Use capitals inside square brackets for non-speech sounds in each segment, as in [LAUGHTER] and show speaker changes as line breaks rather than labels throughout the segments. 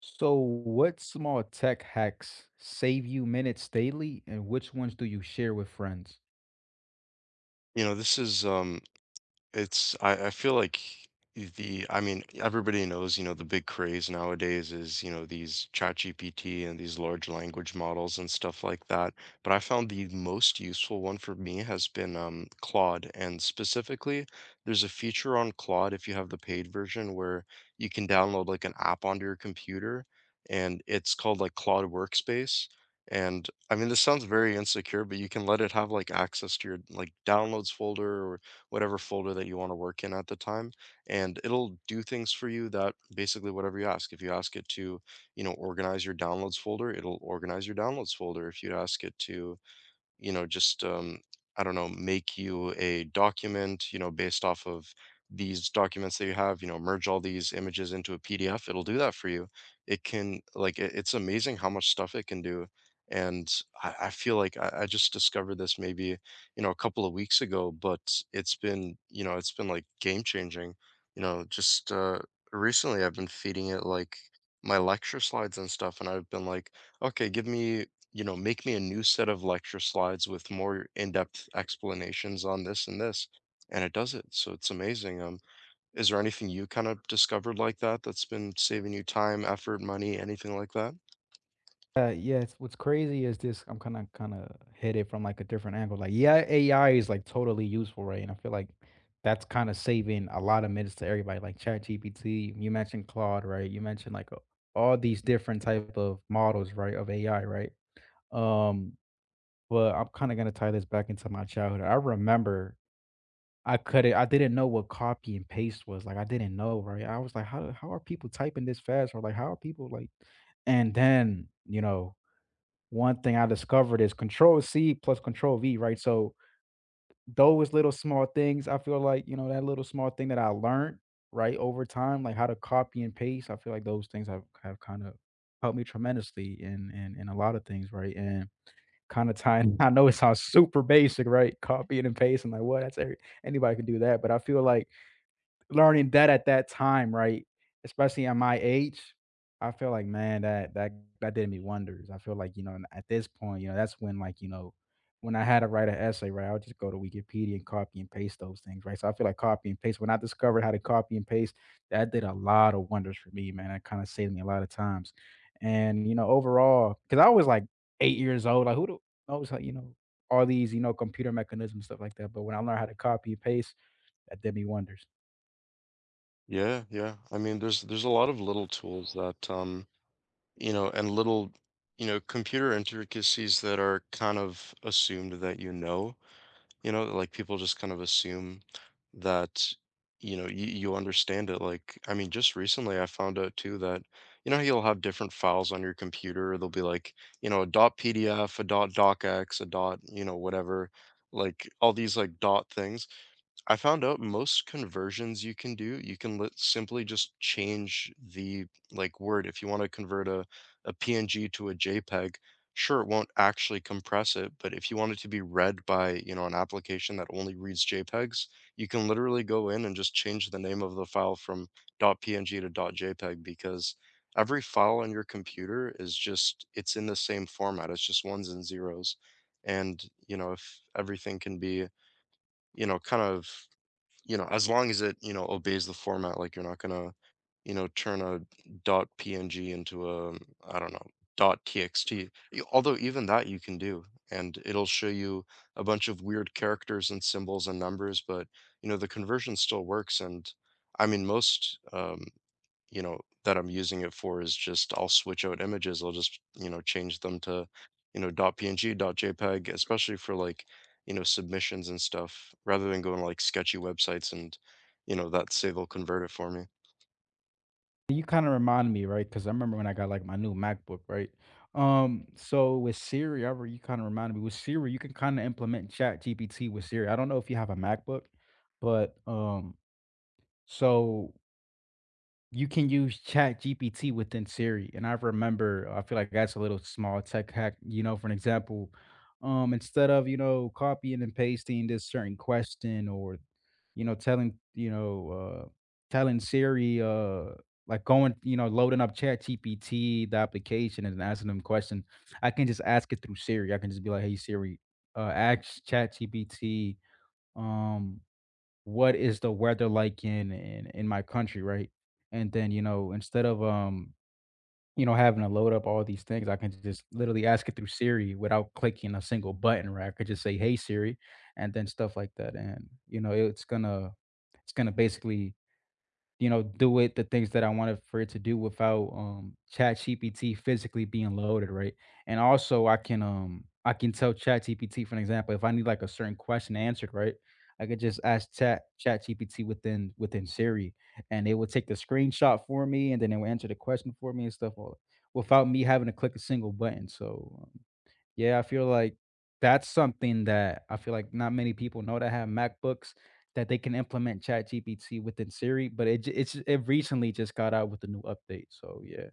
So, what small tech hacks save you minutes daily, and which ones do you share with friends?
You know, this is it's I feel like the I mean everybody knows the big craze nowadays is, these chat GPT and these large language models and stuff like that. But I found the most useful one for me has been Claude, and specifically there's a feature on Claude, if you have the paid version, where you can download like an app onto your computer, and it's called like Claude Workspace. And I mean, this sounds very insecure, but you can let it have like access to your like downloads folder, whatever folder that you want to work in at the time. And it'll do things for you that basically whatever you ask. If you ask it to, you know, organize your downloads folder, it'll organize your downloads folder. If you ask it to, you know just I don't know, make you a document, you know, based off of these documents that you have, you know, merge all these images into a PDF, it'll do that for you. It's amazing how much stuff it can do. And I feel like I just discovered this maybe, you know, a couple of weeks ago, but it's been, you know, it's been like game changing. You know just Recently I've been feeding it like my lecture slides and stuff, and I've been like, okay, give me, you know, make me a new set of lecture slides with more in-depth explanations on this and this. And it does it. So it's amazing. Is there anything you kind of discovered like that that's been saving you time, effort, money, anything like that?
Yeah, it's, what's crazy is this. I'm kind of hit it from like a different angle. Like, yeah, AI is like totally useful, right? And I feel like that's kind of saving a lot of minutes to everybody. Like ChatGPT, you mentioned Claude, right? You mentioned like all these different type of models, right, of AI, right? Um, but I'm kind of gonna tie this back into my childhood. I remember I didn't know what copy and paste was, like, I didn't know, right? I was like, "How are people typing this fast?" Or like, "How are people like" and then, one thing I discovered is control C plus control V, right? So, those little small things, I feel like, you know, that little small thing that I learned, right, over time, like how to copy and paste, I feel like those things have kind of helped me tremendously in a lot of things, right? And kinda tying [LAUGHS] I know it sounds super basic, right? Copying and pasting, like, what? That's every Anybody can do that, but I feel like learning that at that time, right? Especially at my age, I feel like, man, that that did me wonders. I feel like, you know, and at this point, you know, that's when like, you know, when I had to write an essay, right, I would just go to Wikipedia and copy and paste those things, right? So I feel like copy and paste. When I discovered how to copy and paste, that did a lot of wonders for me, man. That kind of saved me a lot of times. And, you know, overall, because I was like 8 years old, like who the I was like, you know, all these, you know, computer mechanisms, stuff like that. But when I learned how to copy and paste, that did me wonders.
Yeah, yeah. I mean, there's a lot of little tools that you know, and little, you know, computer intricacies that are kind of assumed that, you know, like people just kind of assume that, you know, you understand it. Like, I mean, just recently I found out too that, you know, how you'll have different files on your computer. They'll be like, you know, a dot PDF, a dot docx, a dot, you know, whatever, like all these like dot things. I found out most conversions you can do, you can lit simply just change the, like, word. If you wanna convert a PNG to a JPEG, sure, it won't actually compress it, but if you want it to be read by, you know, an application that only reads JPEGs, you can literally go in and just change the name of the file from .png to .jpeg, because every file on your computer is just it's in the same format, it's just ones and zeros. And, you know, if everything can be, you know, kind of, you know, as long as it, you know, obeys the format, like you're not gonna, you know, turn a dot PNG into a I don't know, dot TXT. Although even that you can do, and it'll show you a bunch of weird characters and symbols and numbers. But you know, the conversion still works. And I mean, most you know, that I'm using it for is just I'll switch out images. I'll just, you know, change them to, you know, dot .png, dot .jpeg, especially for like, you know, submissions and stuff, rather than going like sketchy websites and, you know, that Save will convert it for me.
You kinda remind me, right? Because I remember when I got, like, my new MacBook, right? So with Siri, I re you kinda reminded me, with Siri, you can kinda implement Chat GPT with Siri. I don't know if you have a MacBook, but, so you can use chat gpt within siri and I remember I feel like that's a little small tech hack, you know, for an example, instead of, you know, copying and pasting this certain question or you know telling siri like going, you know, loading up chat gpt the application and asking them question. I can just ask it through siri. I can just be like, hey siri, ask chat gpt um what is the weather like in in my country, right? And then, you know, instead of, you know, having to load up all these things, I can just literally ask it through Siri without clicking a single button, right? I could just say, "Hey Siri," and then stuff like that. And, you know, it's gonna basically, you know, do it the things that I wanted for it to do without ChatGPT physically being loaded, right? And also I can tell ChatGPT, for an example, if I need like a certain question answered, right? I could just ask ChatGPT within Siri and it would take the screenshot for me and then it would answer the question for me and stuff all without me having to click a single button. So yeah, I feel like that's something that I feel like not many people know that have MacBooks that they can implement ChatGPT within Siri, but it's it recently just got out with a new update, so yeah.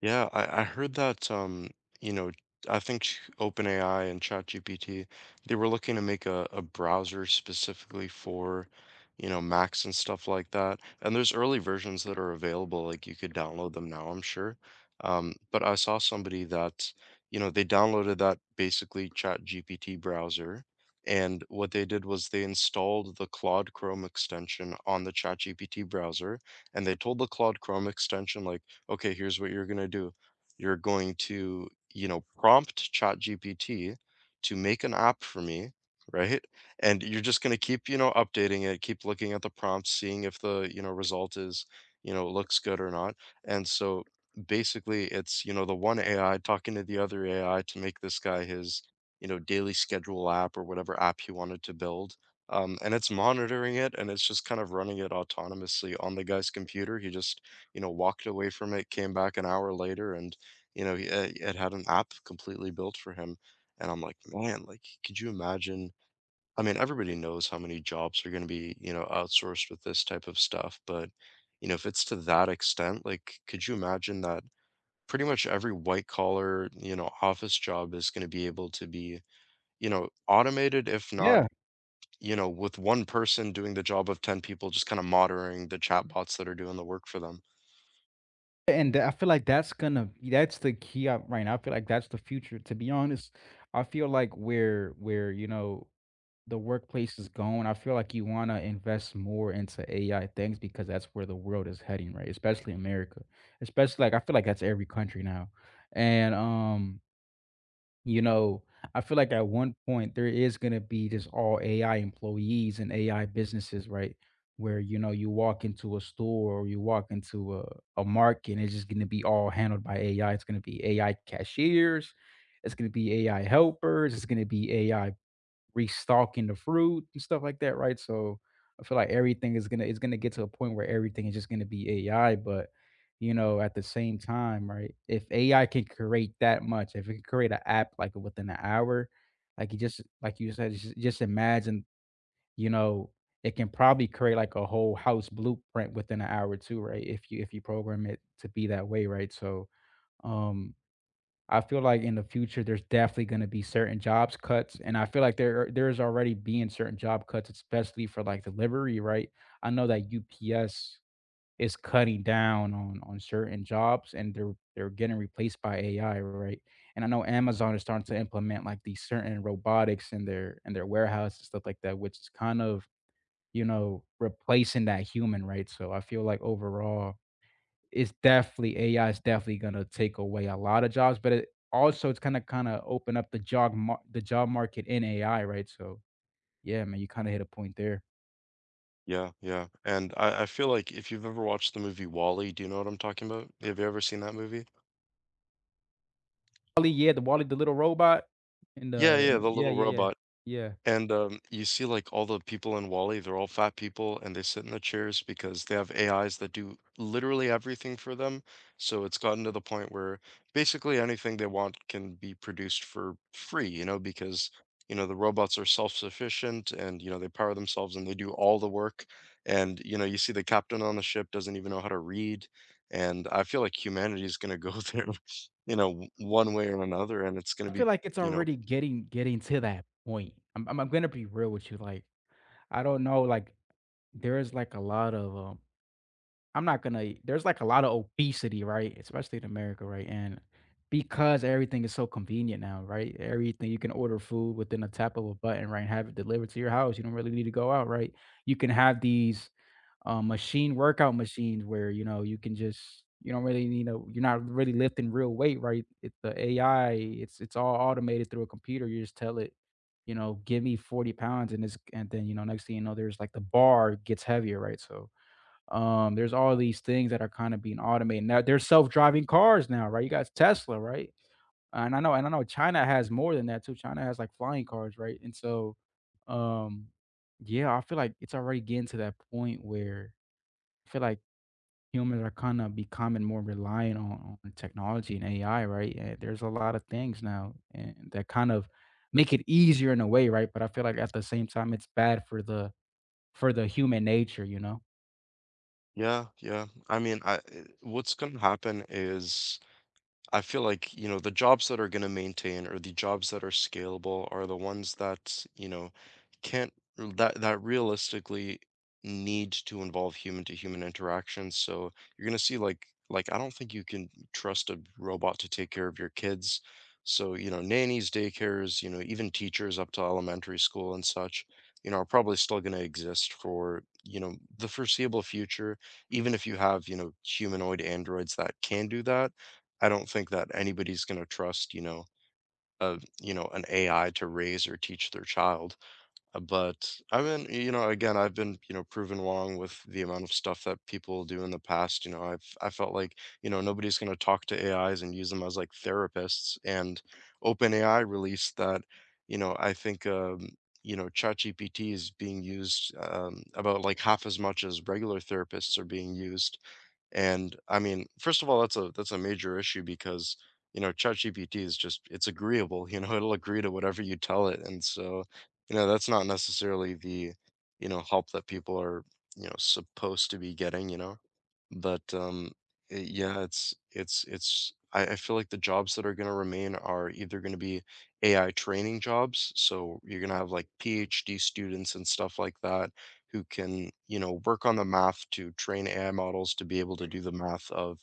Yeah, I heard that you know, I think OpenAI and ChatGPT, they were looking to make a browser specifically for, you know, Macs and stuff like that. And there's early versions that are available, like you could download them now, I'm sure. But I saw somebody that, you know, they downloaded that basically ChatGPT browser. And what they did was they installed the Claude Chrome extension on the ChatGPT browser, and they told the Claude Chrome extension, like, okay, here's what you're going to do. You're going to, you know, prompt ChatGPT to make an app for me, right? And you're just going to keep, you know, updating it, keep looking at the prompts, seeing if the, you know, result is, you know, looks good or not. And so basically it's, you know, the one AI talking to the other AI to make this guy his, you know, daily schedule app or whatever app he wanted to build, and it's monitoring it, and it's just kind of running it autonomously on the guy's computer. He just, you know, walked away from it, came back an hour later, and, you know, he, it had an app completely built for him. And I'm like, man, like, could you imagine? I mean, everybody knows how many jobs are going to be, you know, outsourced with this type of stuff. But, you know, if it's to that extent, like, could you imagine that pretty much every white collar, you know, office job is going to be able to be, you know, automated, if not,
Yeah.
you know, with one person doing the job of 10 people, just kind of monitoring the chatbots that are doing the work for them?
And I feel like that's the key out right now. I feel like that's the future. To be honest, I feel like where, you know, the workplace is going, I feel like you wanna invest more into AI things because that's where the world is heading, right? Especially America. Especially like I feel like that's every country now. And you know, I feel like at one point there is gonna be just all AI employees and AI businesses, right? Where you know you walk into a store or you walk into a market and it's just gonna be all handled by AI. It's gonna be AI cashiers, it's gonna be AI helpers, it's gonna be AI restocking the fruit and stuff like that, right? So I feel like everything is gonna it's gonna get to a point where everything is just gonna be AI. But you know, at the same time, right? If AI can create that much, if it can create an app like within an hour, like you just like you said, just imagine, you know, it can probably create like a whole house blueprint within an hour too, right? If you program it to be that way, right? So um I feel like in the future, there's definitely gonna be certain jobs cuts, and I feel like there is already being certain job cuts, especially for, like, delivery, right? I know that UPS is cutting down on certain jobs, and they're getting replaced by AI, right? And I know Amazon is starting to implement, like, these certain robotics in their warehouse and stuff like that, which is kind of, you know, replacing that human, right? So I feel like overall it's definitely AI is definitely gonna take away a lot of jobs, but it also it's kinda open up the job mar the job market in AI, right? So, yeah, man, you kinda hit a point there.
Yeah, yeah, and I feel like if you've ever watched the movie WALL-E, do you know what I'm talking about? Have you ever seen that movie?
Wally, yeah, the Wally, the little robot and
Yeah,
the and
yeah,
the
the
yeah,
little
yeah, yeah,
robot.
yeah.
And, you see, like, all the people in WALL-E, they're all fat people, and they sit in the chairs because they have AIs that do literally everything for them. So it's gotten to the point where basically anything they want can be produced for free, you know, because, you know, the robots are self-sufficient and, you know, they power themselves and they do all the work. And, you know, you see the captain on the ship doesn't even know how to read. And I feel like humanity is going to go [LAUGHS] there, you know, one way or another, and it's going to
I feel
be,
like it's
you know,
already getting to that point. I'm gonna be real with you, like, I don't know, like, there is, like, a lot of, I'm not gonna there's like a lot of obesity, right? Especially in America, right? And because everything is so convenient now, right? Everything you can order food within a tap of a button, right? And have it delivered to your house. You don't really need to go out, right? You can have these machine workout machines where you know you can just you don't really need to. You're not really lifting real weight, right? It's the AI, it's all automated through a computer. You just tell it, you know, give me 40 pounds and it's and then you know, next thing you know, there's like the bar gets heavier, right? So there's all these things that are kind of being automated. Now there's self-driving cars now, right? You got Tesla, right? And I know China has more than that too. China has like flying cars, right? And so, um, yeah, I feel like it's already getting to that point where I feel like humans are kind of becoming more reliant on technology and AI, right? And there's a lot of things now and that kind of make it easier in a way, right? But I feel like at the same time it's bad for the human nature, you know?
yeah, yeah. I mean, what's gonna happen is I feel like, you know, the jobs that are going to maintain or the jobs that are scalable are the ones that, you know, can't that that realistically need to involve human to human interaction. So you're going to see like I don't think you can trust a robot to take care of your kids. So, you know, nannies, daycares, you know, even teachers up to elementary school and such, you know, are probably still going to exist for, you know, the foreseeable future, even if you have, you know, humanoid androids that can do that. I don't think that anybody's gonna trust, you know, an AI to raise or teach their child. But I have been, you know, again, I've been, you know, proven wrong with the amount of stuff that people do in the past. You know, I felt like, you know, nobody's going to talk to AIs and use them as like therapists. And OpenAI released that, you know, I think you know, ChatGPT is being used, about like half as much as regular therapists are being used. And I mean, first of all, that's a major issue, because you know ChatGPT is just it's agreeable. You know, [LAUGHS] it'll agree to whatever you tell it, and so, you know, that's not necessarily the, you know, help that people are, you know, supposed to be getting, you know? But, yeah, it's I feel like the jobs that are gonna remain are either gonna be AI training jobs, so you're gonna have, like, PhD students and stuff like that who can, you know, work on the math to train AI models to be able to do the math of,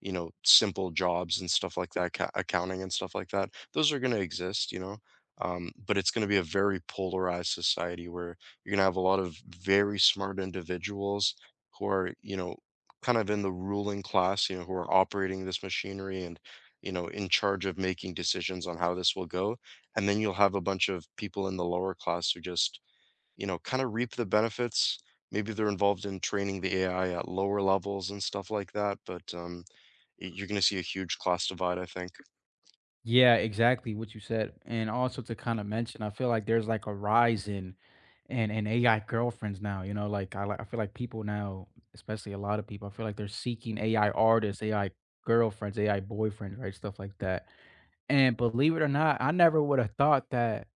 you know, simple jobs and stuff like that, accounting and stuff like that. Those are gonna exist, you know? But it's gonna be a very polarized society, where you're gonna have a lot of very smart individuals who are, you know, kind of in the ruling class, you know, who are operating this machinery and, you know, in charge of making decisions on how this will go. And then you'll have a bunch of people in the lower class who just, you know, kind of reap the benefits. Maybe they're involved in training the AI at lower levels and stuff like that. But you're going to see a huge class divide, I think.
Yeah, exactly what you said. And also to kind of mention, I feel like there's like a rise in and AI girlfriends now, you know, like I feel like people now, especially a lot of people, I feel like they're seeking AI artists, AI girlfriends, AI boyfriends, right? Stuff like that. And believe it or not, I never would have thought that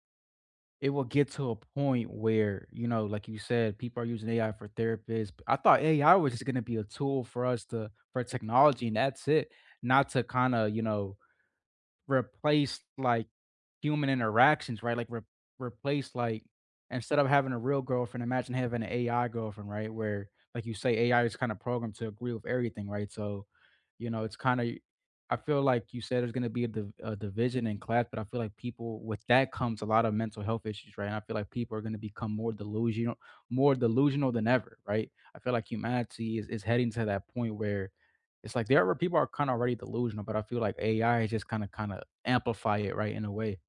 it will get to a point where, you know, like you said, people are using AI for therapists. I thought AI was just gonna be a tool for us to for technology and that's it. Not to kind of, you know, replace, like, human interactions, right? Like, re replace, like, instead of having a real girlfriend, imagine having an AI girlfriend, right? Where, like you say, AI is kinda programmed to agree with everything, right? So, you know, it's kinda I feel like you said there's gonna be a div a division in class, but I feel like people with that comes a lot of mental health issues, right? And I feel like people are gonna become more delusional than ever, right? I feel like humanity is heading to that point where it's like there are people are kinda already delusional, but I feel like AI is just kinda amplify it, right, in a way.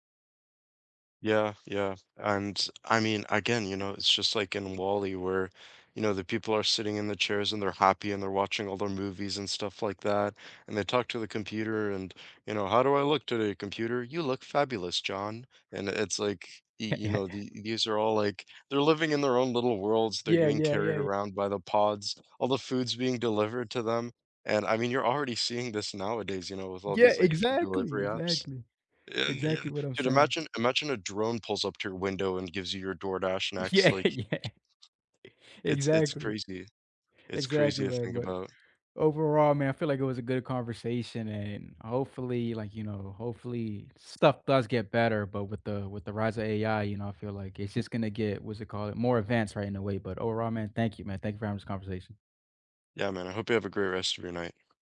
Yeah, yeah. And I mean, again, you know, it's just like in Wall-E where, you know, the people are sitting in the chairs and they're happy and they're watching all their movies and stuff like that. And they talk to the computer and, you know, how do I look today, computer? You look fabulous, John. And it's like, you know,
[LAUGHS]
these are all like they're living in their own little worlds. They're
Yeah,
getting
yeah, yeah,
carried
yeah. Yeah,
around by the pods, all the food's being delivered to them. And I mean, you're already seeing this nowadays, you know, with all
yeah,
these like food
exactly,
delivery apps.
exactly.
Yeah, yeah.
Exactly what I'm
Dude,
saying.
imagine a drone pulls up to your window and gives you your DoorDash
[LAUGHS]
next,
Yeah,
like,
yeah.
it's
Exactly.
crazy. It's
Exactly,
crazy to
man,
think
but
about.
overall, man, I feel like it was a good conversation and hopefully, like, you know, hopefully stuff does get better, but with the rise of AI, you know, I feel like it's just gonna get, what's it called, more advanced, right, in a way, but overall, man. Thank you for having this conversation.
Yeah, man, I hope you have a great rest of your night.